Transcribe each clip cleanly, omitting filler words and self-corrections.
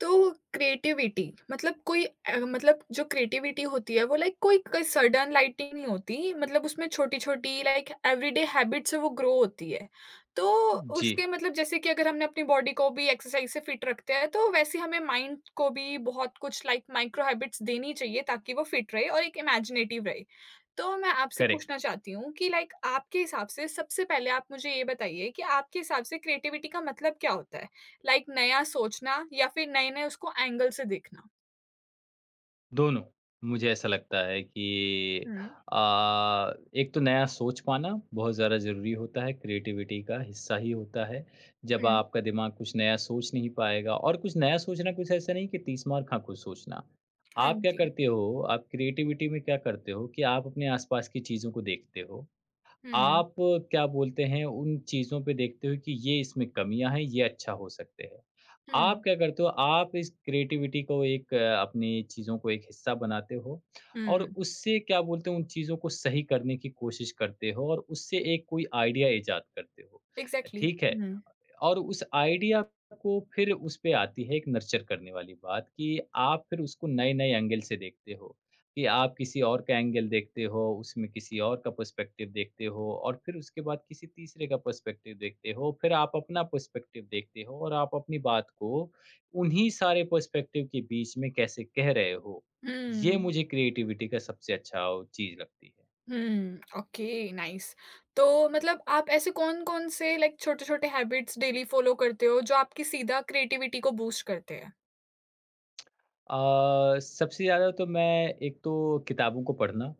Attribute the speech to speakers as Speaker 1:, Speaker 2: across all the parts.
Speaker 1: तो क्रिएटिविटी मतलब कोई मतलब जो क्रिएटिविटी होती है वो लाइक कोई कोई सडन लाइटिंग नहीं होती मतलब उसमें छोटी छोटी लाइक एवरीडे हैबिट से वो ग्रो होती है तो
Speaker 2: जी,
Speaker 1: उसके मतलब जैसे कि अगर हमने अपनी बॉडी को भी एक्सरसाइज से फिट रखते हैं तो वैसे हमें माइंड को भी बहुत कुछ लाइक माइक्रो हैबिट्स देनी चाहिए ताकि वो फिट रहे और एक इमेजिनेटिव रहे। तो मैं आपसे
Speaker 2: करेक्ट,
Speaker 1: पूछना चाहती हूँ कि लाइक आपके हिसाब से सबसे पहले आप मुझे ये बताइए कि आपके हिसाब से क्रिएटिविटी का मतलब क्या होता है लाइक नया सोचना या फिर नए-नए उसको एंगल से देखना।
Speaker 2: दोनों। मुझे ऐसा लगता है कि
Speaker 1: हुँ।
Speaker 2: अ, एक तो नया सोच पाना बहुत ज़्यादा ज़रूरी होता है, क्रिएटिविटी का हिस्सा ही होता है। जब
Speaker 1: हुँ,
Speaker 2: आपका दिमाग कुछ नया सोच नहीं पाएगा और कुछ नया सोचना कुछ ऐसा नहीं कि 30 मार खा कुछ सोचना।
Speaker 1: हाँ
Speaker 2: आप क्या
Speaker 1: जी।
Speaker 2: करते हो, आप क्रिएटिविटी में क्या करते हो कि आप अपने आसपास की चीज़ों को देखते हो।
Speaker 1: हुँ,
Speaker 2: आप क्या बोलते हैं, उन चीज़ों पे देखते हो कि ये इसमें कमियाँ हैं, ये अच्छा हो सकते हैं। आप
Speaker 1: हुँ,
Speaker 2: क्या करते हो, आप इस क्रिएटिविटी को एक अपनी चीज़ों को एक हिस्सा बनाते हो और
Speaker 1: हुँ,
Speaker 2: उससे क्या बोलते हैं, उन चीज़ों को सही करने की कोशिश करते हो और उससे एक कोई आइडिया ईज़ाद करते हो।
Speaker 1: एग्ज़ैक्टली।
Speaker 2: ठीक है?
Speaker 1: हुँ,
Speaker 2: और उस आइडिया को फिर उस पे आती है एक नर्चर करने वाली बात कि आप फिर उसको नए-नए एंगल से देखते हो, कि आप किसी और का एंगल देखते हो, उसमें किसी और का पर्सपेक्टिव देखते हो और फिर उसके बाद किसी तीसरे का पर्सपेक्टिव देखते हो, फिर आप अपना पर्सपेक्टिव देखते हो और आप अपनी बात को उन्हीं सारे पर्सपेक्टिव के बीच में कैसे कह रहे हो। ये
Speaker 1: हुँ,
Speaker 2: मुझे क्रिएटिविटी का सबसे अच्छा चीज़ लगती है।
Speaker 1: हुँ, ओके नाइस। तो मतलब आप ऐसे कौन-कौन से लाइक छोटे-छोटे हैबिट्स डेली फॉलो करते हो जो आपकी सीधा क्रिएटिविटी को बूस्ट करते हैं?
Speaker 2: सबसे ज़्यादा तो मैं एक तो किताबों को पढ़ना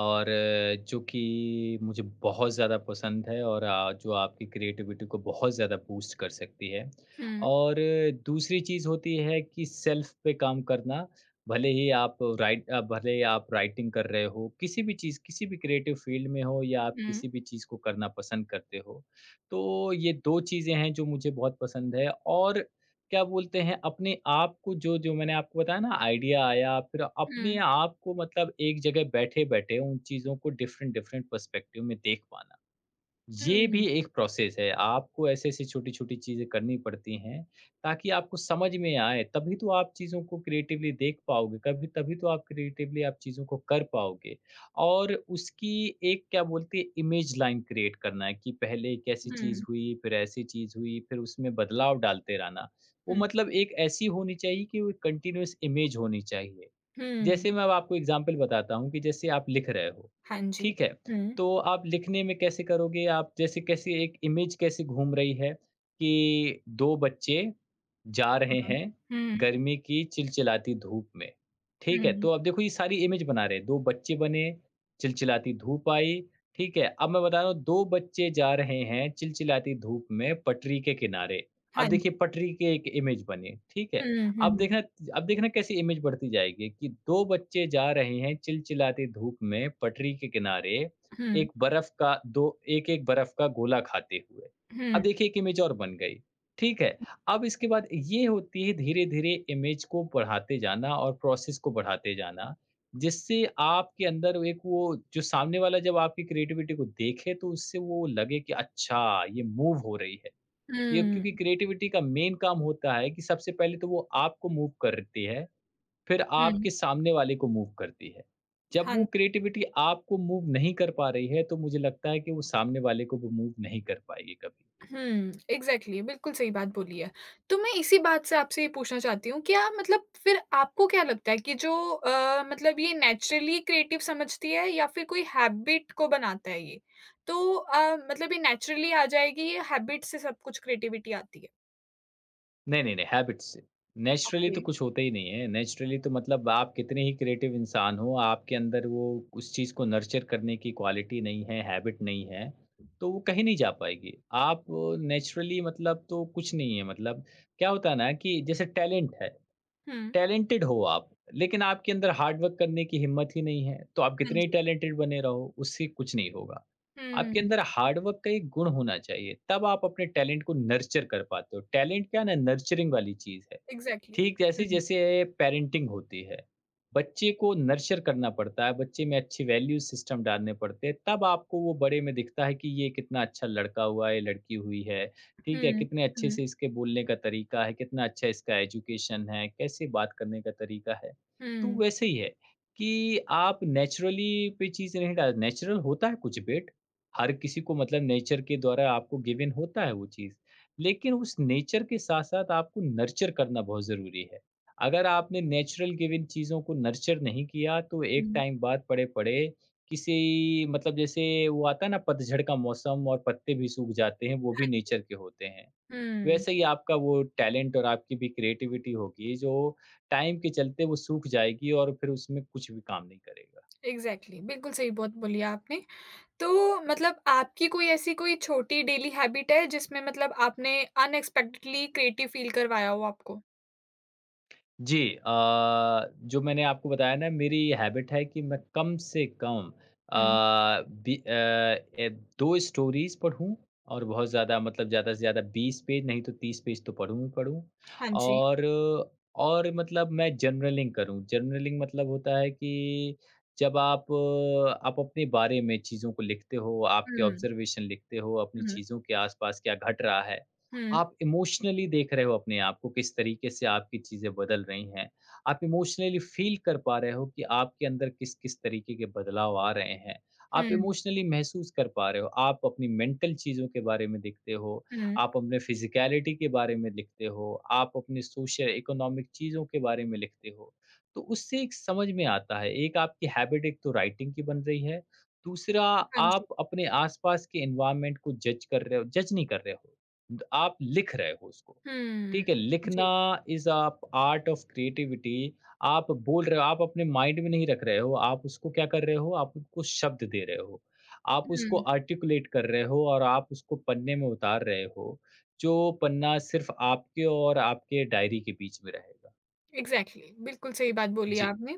Speaker 2: और जो कि मुझे बहुत ज़्यादा पसंद है और जो आपकी क्रिएटिविटी को बहुत ज़्यादा बूस्ट कर सकती है
Speaker 1: हुँ,
Speaker 2: और दूसरी चीज़ होती है कि सेल्फ पे काम करना, भले ही आप भले ही आप राइटिंग कर रहे हो किसी भी चीज़, किसी भी क्रिएटिव फील्ड में हो या आप
Speaker 1: हुँ,
Speaker 2: किसी भी चीज़ को करना पसंद करते हो। तो ये दो चीज़ें हैं जो मुझे बहुत पसंद है और क्या बोलते हैं, अपने आप को जो जो मैंने आपको बताया ना आइडिया आया, फिर अपने
Speaker 1: हुँ,
Speaker 2: आप को मतलब एक जगह बैठे-बैठे उन चीज़ों को डिफ़रेंट, डिफ़रेंट पर्सपेक्टिव में देख पाना। ये
Speaker 1: हुँ,
Speaker 2: भी एक प्रोसेस है। आपको ऐसी-ऐसी छोटी-छोटी चीज़ें करनी पड़ती हैं, ताकि आपको समझ में आए, तभी तो आप चीज़ों को क्रिएटिवली देख पाओगे, कभी तभी तो आप क्रिएटिवली आप चीज़ों को कर पाओगे। और उसकी एक क्या बोलते हैं, इमेज लाइन क्रिएट करना है कि पहले एक ऐसी चीज़
Speaker 1: हुँ,
Speaker 2: हुई, फिर ऐसी चीज़ हुई, फिर उसमें बदलाव डालते रहना। वो
Speaker 1: हुँ,
Speaker 2: मतलब एक ऐसी होनी चाहिए कि वो कंटीन्यूअस इमेज होनी चाहिए।
Speaker 1: हुँ,
Speaker 2: जैसे मैं अब आपको एग्ज़ाम्पल बताता हूँ कि जैसे आप लिख रहे हो,
Speaker 1: हाँ जी।
Speaker 2: ठीक है?
Speaker 1: हुँ,
Speaker 2: तो आप लिखने में कैसे करोगे आप जैसे कैसे एक इमेज कैसे घूम रही है कि 2 बच्चे जा रहे
Speaker 1: हुँ,
Speaker 2: हैं
Speaker 1: हुँ,
Speaker 2: गर्मी की चिलचिलाती धूप में, ठीक है?
Speaker 1: हुँ,
Speaker 2: तो अब देखो ये सारी इमेज बना रहे हैं, 2 बच्चे बने, चिलचिलाती धूप आई, ठीक है? अब मैं बता रहा हूँ 2 बच्चे जा रहे हैं चिलचिलाती धूप में पटरी के किनारे। अब
Speaker 1: हाँ
Speaker 2: देखिए
Speaker 1: जी।
Speaker 2: पटरी के एक इमेज बनी, ठीक है?
Speaker 1: हुँ, हुँ,
Speaker 2: अब
Speaker 1: हुँ,
Speaker 2: देखना अब देखना कैसी इमेज बढ़ती जाएगी कि 2 बच्चे जा रहे हैं चिलचिलाती धूप में पटरी के किनारे,
Speaker 1: हुँ,
Speaker 2: एक बर्फ का दो एक-एक बर्फ का गोला खाते हुए।
Speaker 1: हुँ,
Speaker 2: अब देखिए एक इमेज और बन गई, ठीक है? अब इसके बाद ये होती है धीरे-धीरे इमेज को बढ़ाते जाना और प्रोसेस को बढ़ाते जाना, जिससे आपके अंदर एक वो जो सामने वाला जब आपकी क्रिएटिविटी को देखे तो उससे वो लगे कि अच्छा ये मूव हो रही है। ये
Speaker 1: हुँ,
Speaker 2: क्योंकि क्रिएटिविटी का मेन काम होता है कि सबसे पहले तो वो आपको मूव करती है, फिर
Speaker 1: हुँ।
Speaker 2: आपके सामने वाले को मूव करती है। जब
Speaker 1: हाँ,
Speaker 2: वो क्रिएटिविटी आपको मूव नहीं कर पा रही है, तो मुझे लगता है कि वो सामने वाले को वो मूव नहीं कर पाएगी कभी।
Speaker 1: हुँ, एग्ज़ैक्टली बिल्कुल सही बात बोली है। तो मैं इसी बात से आपसे ये पूछना चाहती हूँ, क्या मतलब फिर आपको क्या लगता है कि जो मतलब ये नेचुरली क्रिएटिव समझती है या फिर कोई हैबिट को बनाता है ये? तो मतलब ये नेचुरली आ जाएगी या हैबिट से सब कुछ क्रिएटिविटी आती है?
Speaker 2: नहीं, नहीं, नहीं, हैबिट से। Naturally
Speaker 1: okay.
Speaker 2: तो कुछ होता ही नहीं है। नेचुरली तो मतलब आप कितने ही क्रिएटिव इंसान हो, आपके अंदर वो उस चीज़ को नर्चर करने की क्वालिटी नहीं है, हैबिट नहीं है, तो वो कहीं नहीं जा पाएगी। आप नेचुरली मतलब तो कुछ नहीं है मतलब क्या होता है ना कि जैसे टैलेंट है।
Speaker 1: हुँ,
Speaker 2: टैलेंटेड हो आप, लेकिन आपके अंदर हार्ड वर्क करने की हिम्मत ही नहीं है, तो आप
Speaker 1: हाँ
Speaker 2: कितने ही
Speaker 1: जी।
Speaker 2: टैलेंटेड बने रहो, उससे कुछ नहीं होगा। आपके
Speaker 1: हुँ,
Speaker 2: अंदर हार्ड वर्क का एक गुण होना चाहिए, तब आप अपने टैलेंट को नर्चर कर पाते हो। टैलेंट क्या है ना, नर्चरिंग वाली चीज़ है।
Speaker 1: एग्ज़ैक्टली।
Speaker 2: ठीक जैसे
Speaker 1: हुँ,
Speaker 2: जैसे पेरेंटिंग होती है, बच्चे को नर्चर करना पड़ता है, बच्चे में अच्छे वैल्यू सिस्टम डालने पड़ते हैं, तब आपको वो बड़े में दिखता है कि ये कितना अच्छा लड़का हुआ है, लड़की हुई है, ठीक है?
Speaker 1: हुँ,
Speaker 2: कितने अच्छे
Speaker 1: हुँ,
Speaker 2: से इसके बोलने का तरीका है, कितना अच्छा इसका एजुकेशन है, कैसे बात करने का तरीका है। तो
Speaker 1: हुँ,
Speaker 2: वैसे ही है कि आप नेचुरली पे चीज़ें नहीं डाल, नेचुरल होता है कुछ बिट, हर किसी को मतलब नेचर के द्वारा आपको गिवन होता है वो चीज़। लेकिन उस नेचर के साथ-साथ आपको नर्चर करना बहुत ज़रूरी है। अगर आपने नेचुरल गिवन चीज़ों को नर्चर नहीं किया, तो एक
Speaker 1: हुँ,
Speaker 2: टाइम बाद पड़े-पड़े किसी मतलब जैसे वो आता है ना पतझड़ का मौसम और पत्ते भी सूख जाते हैं, वो भी नेचर के होते हैं।
Speaker 1: हुँ,
Speaker 2: वैसे ही आपका वो टैलेंट और आपकी भी क्रिएटिविटी होगी, जो टाइम के चलते वो सूख जाएगी और फिर उसमें कुछ भी काम नहीं करेगी।
Speaker 1: एग्ज़ैक्टली बिल्कुल सही बहुत बोली आपने। तो मतलब आपकी कोई ऐसी कोई छोटी डेली हैबिट है जिसमें मतलब आपने अनएक्सपेक्टेडली क्रिएटिव फील करवाया हो आपको?
Speaker 2: जी, जो मैंने आपको बताया ना मेरी हैबिट है कि मैं कम से कम अ,
Speaker 1: हुँ,
Speaker 2: बी- अ, ए, दो स्टोरीज पढूं और बहुत ज़्यादा मतलब ज़्यादा से ज़्यादा 20 पेज नहीं तो 30 पेज तो पढूं ही पढूं।
Speaker 1: हाँ जी।
Speaker 2: और मतलब मैं जर्नलिंग करूं, जर्नलिंग मतलब होता है कि जब आप आप अपने बारे में चीज़ों को लिखते हो, आपके
Speaker 1: हुँ,
Speaker 2: ऑब्जर्वेशन लिखते हो अपनी
Speaker 1: हुँ,
Speaker 2: चीज़ों के आसपास क्या घट रहा है।
Speaker 1: हुँ,
Speaker 2: आप इमोशनली देख रहे हो अपने आप को, किस तरीके से आपकी चीज़ें बदल रही हैं। आप इमोशनली फ़ील कर पा रहे हो कि आपके अंदर किस-किस तरीके के बदलाव आ रहे हैं। आप
Speaker 1: हुँ,
Speaker 2: इमोशनली महसूस कर पा रहे हो। आप अपनी मेंटल चीज़ों के बारे में देखते हो,
Speaker 1: हुँ,
Speaker 2: आप अपने फ़िज़िकैलिटी के बारे में लिखते हो, आप अपने सोशल इकोनॉमिक चीज़ों के बारे में लिखते हो। तो उससे एक समझ में आता है, एक आपकी हैबिट एक तो राइटिंग की बन रही है, दूसरा
Speaker 1: हाँ
Speaker 2: आप
Speaker 1: जी।
Speaker 2: अपने आस-पास के एनवायरनमेंट को जज कर रहे हो, जज नहीं कर रहे हो। आप लिख रहे हो उसको।
Speaker 1: हुँ,
Speaker 2: ठीक है, लिखना
Speaker 1: जी,
Speaker 2: इज आप आर्ट ऑफ क्रिएटिविटी। आप बोल रहे हो, आप अपने माइंड में नहीं रख रहे हो, आप उसको क्या कर रहे हो, आप उसको शब्द दे रहे हो, आप उसको
Speaker 1: हुँ।
Speaker 2: आर्टिकुलेट कर रहे हो और आप उसको पन्ने में उतार रहे हो, जो पन्ना सिर्फ आपके और आपके डायरी के बीच में रहेगा।
Speaker 1: एग्ज़ैक्टली, बिल्कुल सही बात बोली
Speaker 2: जी।
Speaker 1: आपने।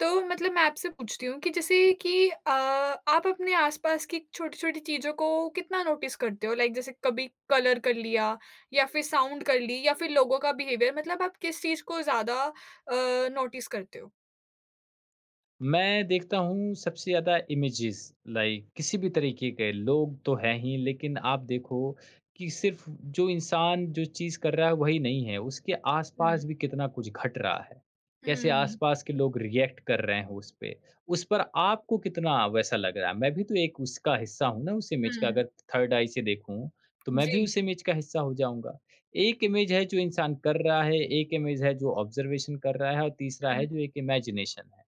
Speaker 1: तो मतलब मैं आपसे पूछती हूँ कि जैसे कि आप अपने आसपास की छोटी-छोटी चीज़ों को कितना नोटिस करते हो? लाइक जैसे कभी कलर कर लिया या फिर साउंड कर ली या फिर लोगों का बिहेवियर मतलब आप किस चीज़ को ज़्यादा नोटिस करते हो?
Speaker 2: मैं देखता हूँ सबसे ज़्यादा इमेजेस, लाइक किसी भी तरीके के लोग तो हैं ही, लेकिन आप देखो कि सिर्फ जो इंसान जो चीज़ कर रहा है वही नहीं है, उसके
Speaker 1: हुँ।
Speaker 2: आसपास भी कितना कुछ घट रहा है, कैसे
Speaker 1: हुँ,
Speaker 2: आसपास के लोग रिएक्ट कर रहे हैं उस पर। आपको कितना वैसा लग रहा है, मैं भी तो एक उसका हिस्सा हूँ ना उस इमेज का,
Speaker 1: हुँ।
Speaker 2: अगर थर्ड आई से देखूँ तो मैं भी
Speaker 1: जी।
Speaker 2: उस इमेज का हिस्सा हो जाऊंगा। एक इमेज है जो इंसान कर रहा है, एक इमेज है जो ऑब्जर्वेशन कर रहा है और तीसरा है
Speaker 1: हुँ,
Speaker 2: जो एक इमेजिनेशन है।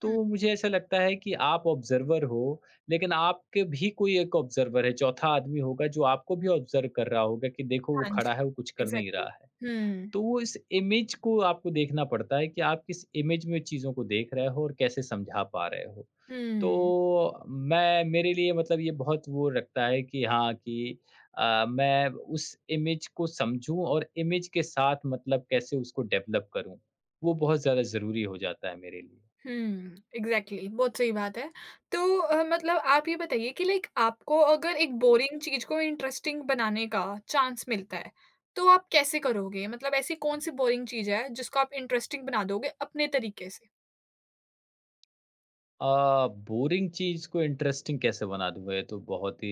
Speaker 2: तो
Speaker 1: हुँ।
Speaker 2: मुझे ऐसा लगता है कि आप ऑब्जर्वर हो, लेकिन आपके भी कोई एक ऑब्जर्वर है, चौथा आदमी होगा जो आपको भी ऑब्जर्व कर रहा होगा कि देखो वो
Speaker 1: हाँ
Speaker 2: खड़ा
Speaker 1: जी।
Speaker 2: है, वो कुछ कर नहीं
Speaker 1: एग्ज़ैक्टली।
Speaker 2: रहा है।
Speaker 1: हुँ,
Speaker 2: तो वो इस इमेज को आपको देखना पड़ता है कि आप किस इमेज में चीज़ों को देख रहे हो और कैसे समझा पा रहे हो।
Speaker 1: हुँ।
Speaker 2: तो मैं, मेरे लिए मतलब ये बहुत वो रखता है कि हाँ, कि मैं उस इमेज को समझूँ और इमेज के साथ मतलब कैसे उसको डेवलप करूँ। वो बहुत ज़्यादा ज़रूरी हो जाता है मेरे लिए।
Speaker 1: हुँ, एग्ज़ैक्टली बहुत सही बात है। तो मतलब आप ये बताइए कि लाइक आपको अगर एक बोरिंग चीज़ को इंटरेस्टिंग बनाने का चांस मिलता है, तो आप कैसे करोगे? मतलब ऐसी कौन-सी बोरिंग चीज़ है जिसको आप इंटरेस्टिंग बना दोगे अपने तरीके से?
Speaker 2: बोरिंग चीज़ को इंटरेस्टिंग कैसे बना दूँगा? ये तो बहुत ही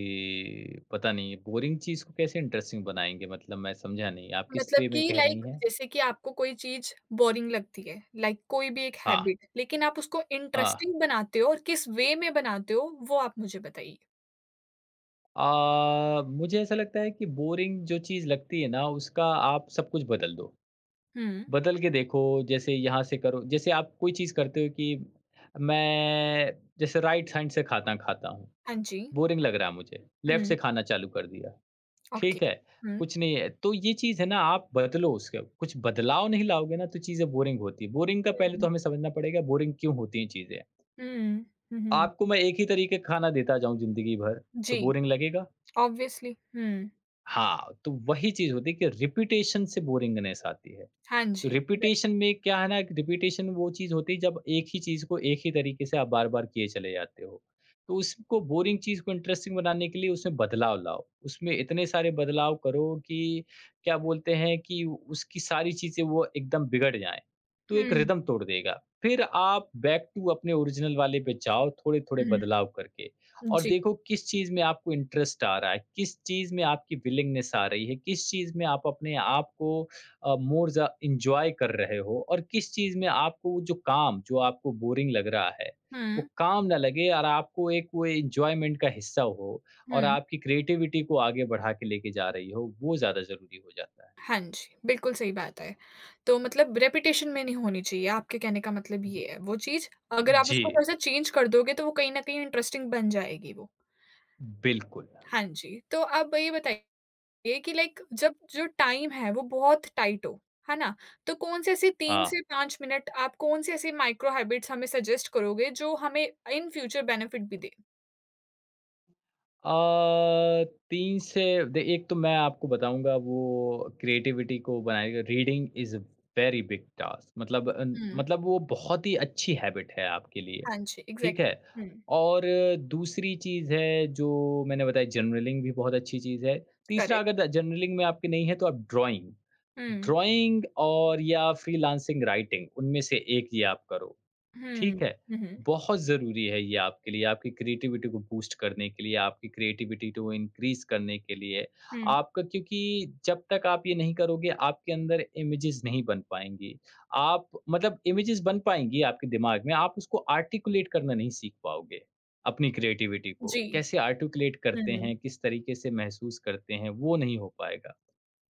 Speaker 2: पता नहीं है। बोरिंग चीज़ को कैसे इंटरेस्टिंग बनाएँगे? मतलब मैं समझा नहीं, आप किस
Speaker 1: मतलब
Speaker 2: वे में
Speaker 1: कि
Speaker 2: कह रही
Speaker 1: लाइक
Speaker 2: हैं?
Speaker 1: जैसे कि आपको कोई चीज़ बोरिंग लगती है, लाइक कोई भी एक
Speaker 2: हाँ,
Speaker 1: हैबिट, लेकिन आप उसको
Speaker 2: हाँ।
Speaker 1: इंटरेस्टिंग बनाते हो और किस वे में बनाते हो, वो आप मुझे बताइए?
Speaker 2: मुझे ऐसा लगता है कि बोरिंग जो चीज़ लगती है ना, उसका आप सब कुछ बदल दो।
Speaker 1: हुँ,
Speaker 2: बदल के देखो, जैसे यहाँ से करो जैसे आप कोई चीज़ करते हो कि मैं जैसे राइट हैंड से खाना खाता हूँ,
Speaker 1: हाँ जी।
Speaker 2: बोरिंग लग रहा है मुझे, लेफ्ट
Speaker 1: हुँ,
Speaker 2: से खाना चालू कर दिया।
Speaker 1: ओके।
Speaker 2: ठीक है,
Speaker 1: हुँ,
Speaker 2: कुछ नहीं है। तो ये चीज़ है ना, आप बदलो, उसके कुछ बदलाव नहीं लाओगे ना तो चीज़ें बोरिंग होती है। बोरिंग का
Speaker 1: हुँ,
Speaker 2: पहले
Speaker 1: हुँ,
Speaker 2: तो हमें समझना पड़ेगा बोरिंग क्यों होती हैं चीज़ें।
Speaker 1: हुँ, हुँ, हुँ,
Speaker 2: आपको मैं एक ही तरीके का खाना देता जाऊँ ज़िंदगी भर, तो
Speaker 1: जी।
Speaker 2: बोरिंग लगेगा?
Speaker 1: ऑब्वियसली। हुँ।
Speaker 2: हाँ, तो वही चीज़ होती है कि रिपिटेशन से बोरिंगनेस आती है।
Speaker 1: हाँ
Speaker 2: तो
Speaker 1: जी। ब
Speaker 2: रिपिटेशन में क्या है ना कि रिपिटेशन वो चीज़ होती है जब एक ही चीज़ को एक ही तरीके से आप बार-बार किए चले जाते हो। तो उसको बोरिंग चीज़ को इंटरेस्टिंग बनाने के लिए उसमें बदलाव लाओ। उसमें इतने सारे बदलाव करो कि क्या बोलते हैं कि उसकी सारी चीज़ें वो एकदम बिगड़ जाएँ। तो एक
Speaker 1: हुँ,
Speaker 2: रिदम तोड़ देगा। फिर आप बैक टू अपने ओरिजिनल वाले पे जाओ थोड़े-थोड़े
Speaker 1: हुँ।
Speaker 2: बदलाव करके और
Speaker 1: जी।
Speaker 2: देखो किस चीज़ में आपको इंटरेस्ट आ रहा है, किस चीज़ में आपकी विलिंगनेस आ रही है, किस चीज़ में आप अपने आप को मोर ज़ा एन्जॉय कर रहे हो और किस चीज़ में आपको वो जो काम जो आपको बोरिंग लग रहा है,
Speaker 1: हुँ,
Speaker 2: वो काम ना लगे और आपको एक वो एन्जॉयमेंट का हिस्सा हो और
Speaker 1: हुँ।
Speaker 2: आपकी क्रिएटिविटी को आगे बढ़ा के लेके जा रही हो, वो ज़्यादा ज़रूरी हो जाता है।
Speaker 1: हाँ जी, बिल्कुल सही बात है। तो मतलब रेपुटेशन में नहीं होनी चाहिए, आपके कहने का मतलब ये है वो चीज़। अगर आप
Speaker 2: जी,
Speaker 1: उसको थोड़ा-सा चेंज कर दोगे तो वो कहीं न कहीं इंटरेस्टिंग बन जाएगी वो।
Speaker 2: बिल्कुल।
Speaker 1: हाँ जी, तो आप ये बताइए कि लाइक जब जो टाइम है वो बहुत टाइट हो, है ना? तो कौन से ऐसे 3
Speaker 2: हाँ।
Speaker 1: से 5 मिनट आप कौन से ऐसे माइक्रो हैबिट्स हमें सजेस्ट करोगे जो हमें इन फ्यूचर बेनिफिट भी दें?
Speaker 2: अ, 3 से दे एक तो मैं आपको बताऊँगा वो क्रिएटिविटी को बनाएगा reading is a very big task मतलब अन
Speaker 1: हुँ।
Speaker 2: मतलब वो बहुत ही अच्छी हैबिट है आपके लिए,
Speaker 1: हाँ जी,
Speaker 2: ठीक है?
Speaker 1: एग्ज़ैक्टली। हुँ,
Speaker 2: और दूसरी चीज़ है जो मैंने बताई जर्नलिंग भी बहुत अच्छी चीज़ है। तीसरा
Speaker 1: करेक्ट।
Speaker 2: अगर द जर्नलिंग में आपकी नहीं है तो आप ड्राइंग
Speaker 1: Hmm.
Speaker 2: ड्राइंग और या फ्रीलांसिंग राइटिंग उनमें से एक ये आप करो।
Speaker 1: Hmm.
Speaker 2: ठीक है?
Speaker 1: Hmm.
Speaker 2: बहुत ज़रूरी है ये आपके लिए, आपकी क्रिएटिविटी को बूस्ट करने के लिए, आपकी क्रिएटिविटी को इनक्रीज़ करने के लिए।
Speaker 1: Hmm.
Speaker 2: आपका क्योंकि जब तक आप ये नहीं करोगे, आपके अंदर इमेजेस नहीं बन पाएँगी। आप मतलब इमेजेस बन पाएँगी आपके दिमाग में, आप उसको आर्टिकुलेट करना नहीं सीख पाओगे, अपनी क्रिएटिविटी को।
Speaker 1: G.
Speaker 2: कैसे आर्टिकुलेट करते
Speaker 1: Hmm.
Speaker 2: हैं, किस तरीके से महसूस करते हैं, वो नहीं हो पाएगा।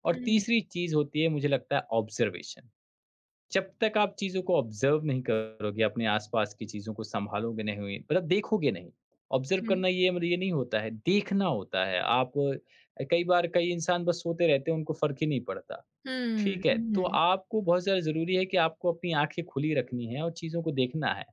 Speaker 2: और
Speaker 1: Hmm.
Speaker 2: तीसरी चीज़ होती है, मुझे लगता है ऑब्ज़र्वेशन। जब तक आप चीज़ों को ऑब्ज़र्व नहीं करोगे, अपने आस-पास की चीज़ों को सँभालोगे नहीं, हुई मतलब देखोगे नहीं। Observe
Speaker 1: Hmm.
Speaker 2: करना ये मतलब ये नहीं होता है, देखना होता है। आप कई बार कई इंसान बस सोते रहते हैं, उनको फ़र्क ही नहीं पड़ता।
Speaker 1: Hmm.
Speaker 2: ठीक है, तो
Speaker 1: Hmm.
Speaker 2: आपको बहुत ज़्यादा ज़रूरी है कि आपको अपनी आँखें खुली रखनी हैं और चीज़ों को देखना है।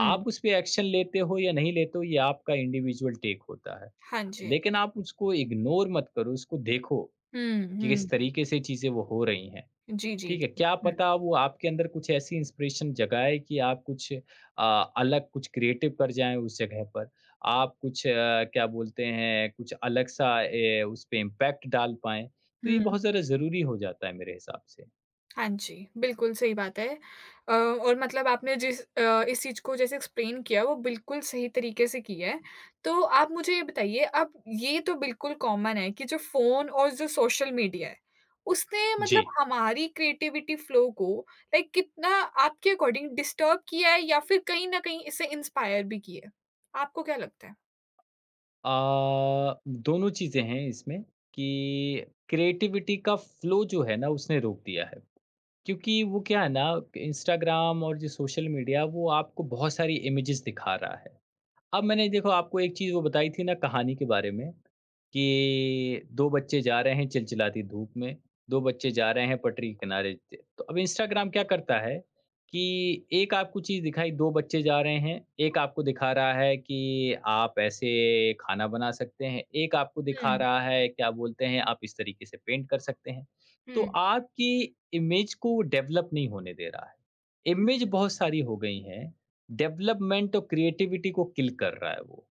Speaker 2: आप उस पे एक्शन लेते हो या नहीं लेते हो, ये आपका इंडिविजुअल टेक होता है।
Speaker 1: Hang in.
Speaker 2: लेकिन आप उसको इग्नोर मत करो, उसको देखो
Speaker 1: Hmm.
Speaker 2: कि
Speaker 1: Hmm.
Speaker 2: किस तरीके से चीज़ें वो हो रही हैं।
Speaker 1: G. G.
Speaker 2: ठीक है, क्या पता वो आपके अंदर कुछ ऐसी इंस्पिरेशन जगाए कि आप कुछ अलग कुछ क्रिएटिव कर जाएँ उस जगह पर। आप कुछ क्या बोलते हैं कुछ अलग सा ए, उस पे इम्पैक्ट डाल पाएँ, तो ये
Speaker 1: Hmm.
Speaker 2: बहुत ज़्यादा ज़रूरी हो जाता है मेरे हिसाब से।
Speaker 1: हाँ जी, बिल्कुल सही बात है। और मतलब आपने जिस इस चीज़ को जैसे एक्सप्लेन किया वो बिल्कुल सही तरीके से की है। तो आप मुझे ये बताइए अब ये तो बिल्कुल कॉमन है कि जो फ़ोन और जो सोशल मीडिया है, उसने
Speaker 2: जी।
Speaker 1: मतलब हमारी क्रिएटिविटी फ्लो को लाइक कितना आपके अकॉर्डिंग डिस्टर्ब किया है या फिर कहीं न कहीं इससे इंस्पायर भी किया है? आपको क्या लगता है?
Speaker 2: अ, दोनों चीज़ें हैं इसमें कि क्रिएटिविटी का फ्लो जो है ना उसने रोक दिया है। क्योंकि वो क्या है ना इंस्टाग्राम और जो सोशल मीडिया वो आपको बहुत सारी इमेजेस दिखा रहा है। अब मैंने देखो आपको एक चीज़ वो बताई थी ना कहानी के बारे में, कि 2 बच्चे जा रहे हैं चिलचिलाती धूप में, 2 बच्चे जा रहे हैं पटरी के किनारे ज तो अब इंस्टाग्राम क्या करता है कि एक आपको चीज़ दिखाई 2 बच्चे जा रहे हैं, एक आपको दिखा रहा है कि आप ऐसे खाना बना सकते हैं, एक आपको दिखा
Speaker 1: हुँ,
Speaker 2: रहा है क्या बोलते हैं आप इस तरीके से पेंट कर सकते हैं। तो
Speaker 1: हुँ,
Speaker 2: आपकी इमेज को वो डेवलप नहीं होने दे रहा है।
Speaker 1: हुँ।
Speaker 2: इमेज बहुत सारी हो गई हैं डेवलपमेंट और क्रिएटिविटी को किल कर रहा है वो।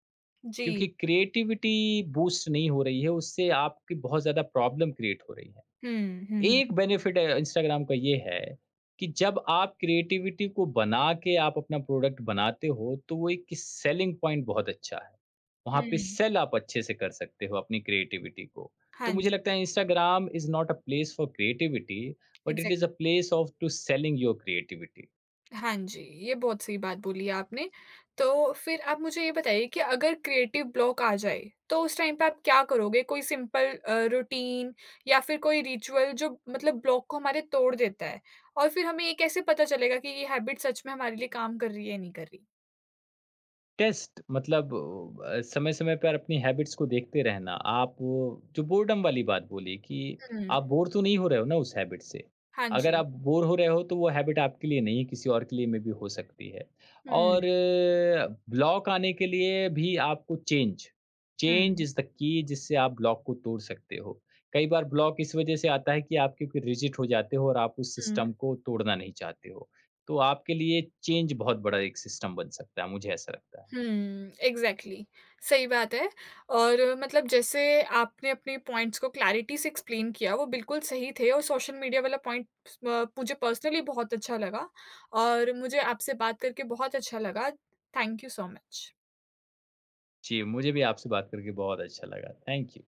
Speaker 1: जी।
Speaker 2: क्योंकि क्रिएटिविटी बूस्ट नहीं हो रही है, उससे आपकी बहुत ज़्यादा प्रॉब्लम क्रिएट हो रही है।
Speaker 1: हुँ, हुँ,
Speaker 2: एक बेनिफिट इंस्टाग्राम का ये है कि जब आप क्रिएटिविटी को बना के आप अपना प्रोडक्ट बनाते हो, तो वो एक सेलिंग पॉइंट बहुत अच्छा है। वहाँ पे
Speaker 1: हुँ।
Speaker 2: सेल आप अच्छे से कर सकते हो अपनी क्रिएटिविटी को। तो
Speaker 1: हाँ
Speaker 2: मुझे
Speaker 1: जी,
Speaker 2: लगता है Instagram is not a place for creativity, but it
Speaker 1: exact
Speaker 2: is a place of to selling your creativity.
Speaker 1: हाँ जी, ये बहुत सही बात बोली है आपने। तो फिर आप मुझे ये बताइए कि अगर क्रिएटिव ब्लॉक आ जाए, तो उस टाइम पे आप क्या करोगे? कोई सिंपल रूटीन या फिर कोई रिचुअल जो मतलब ब्लॉक को हमारे तोड़ देता है? और फिर हमें ये कैसे पता चलेगा कि ये हैबिट सच में हमारे लिए काम कर रही है या नहीं कर रही?
Speaker 2: टेस्ट मतलब समय-समय पर अपनी हैबिट्स को देखते रहना। आप वो- जो बोर्डम वाली बात बोली कि
Speaker 1: हुँ,
Speaker 2: आप बोर तो नहीं हो रहे हो ना उस हैबिट से।
Speaker 1: हाँ
Speaker 2: अगर
Speaker 1: जी।
Speaker 2: आप बोर हो रहे हो तो वो हैबिट आपके लिए नहीं है, किसी और के लिए में भी हो सकती है।
Speaker 1: हुँ,
Speaker 2: और ब्लॉक आने के लिए भी आपको चेंज, चेंज
Speaker 1: हुँ,
Speaker 2: इज़ द की जिससे आप ब्लॉक को तोड़ सकते हो। कई बार ब्लॉक इस वजह से आता है कि आप क्योंकि रिजिड हो जाते हो और आप उस
Speaker 1: हुँ।
Speaker 2: सिस्टम को तोड़ना नहीं चाहते हो। तो आपके लिए चेंज बहुत बड़ा एक सिस्टम बन सकता है, मुझे ऐसा लगता है।
Speaker 1: हुँ, एग्ज़ैक्टली, सही बात है और मतलब जैसे आपने अपने पॉइंट्स को क्लैरिटी से एक्सप्लेन किया, वो बिल्कुल सही थे और सोशल मीडिया वाला पॉइंट म मुझे पर्सनली बहुत अच्छा लगा और मुझे आपसे बात करके बहुत अच्छा लगा। Thank you so much.
Speaker 2: जी, मुझे भी आपसे बात करके बहुत अच्छा लगा। Thank you.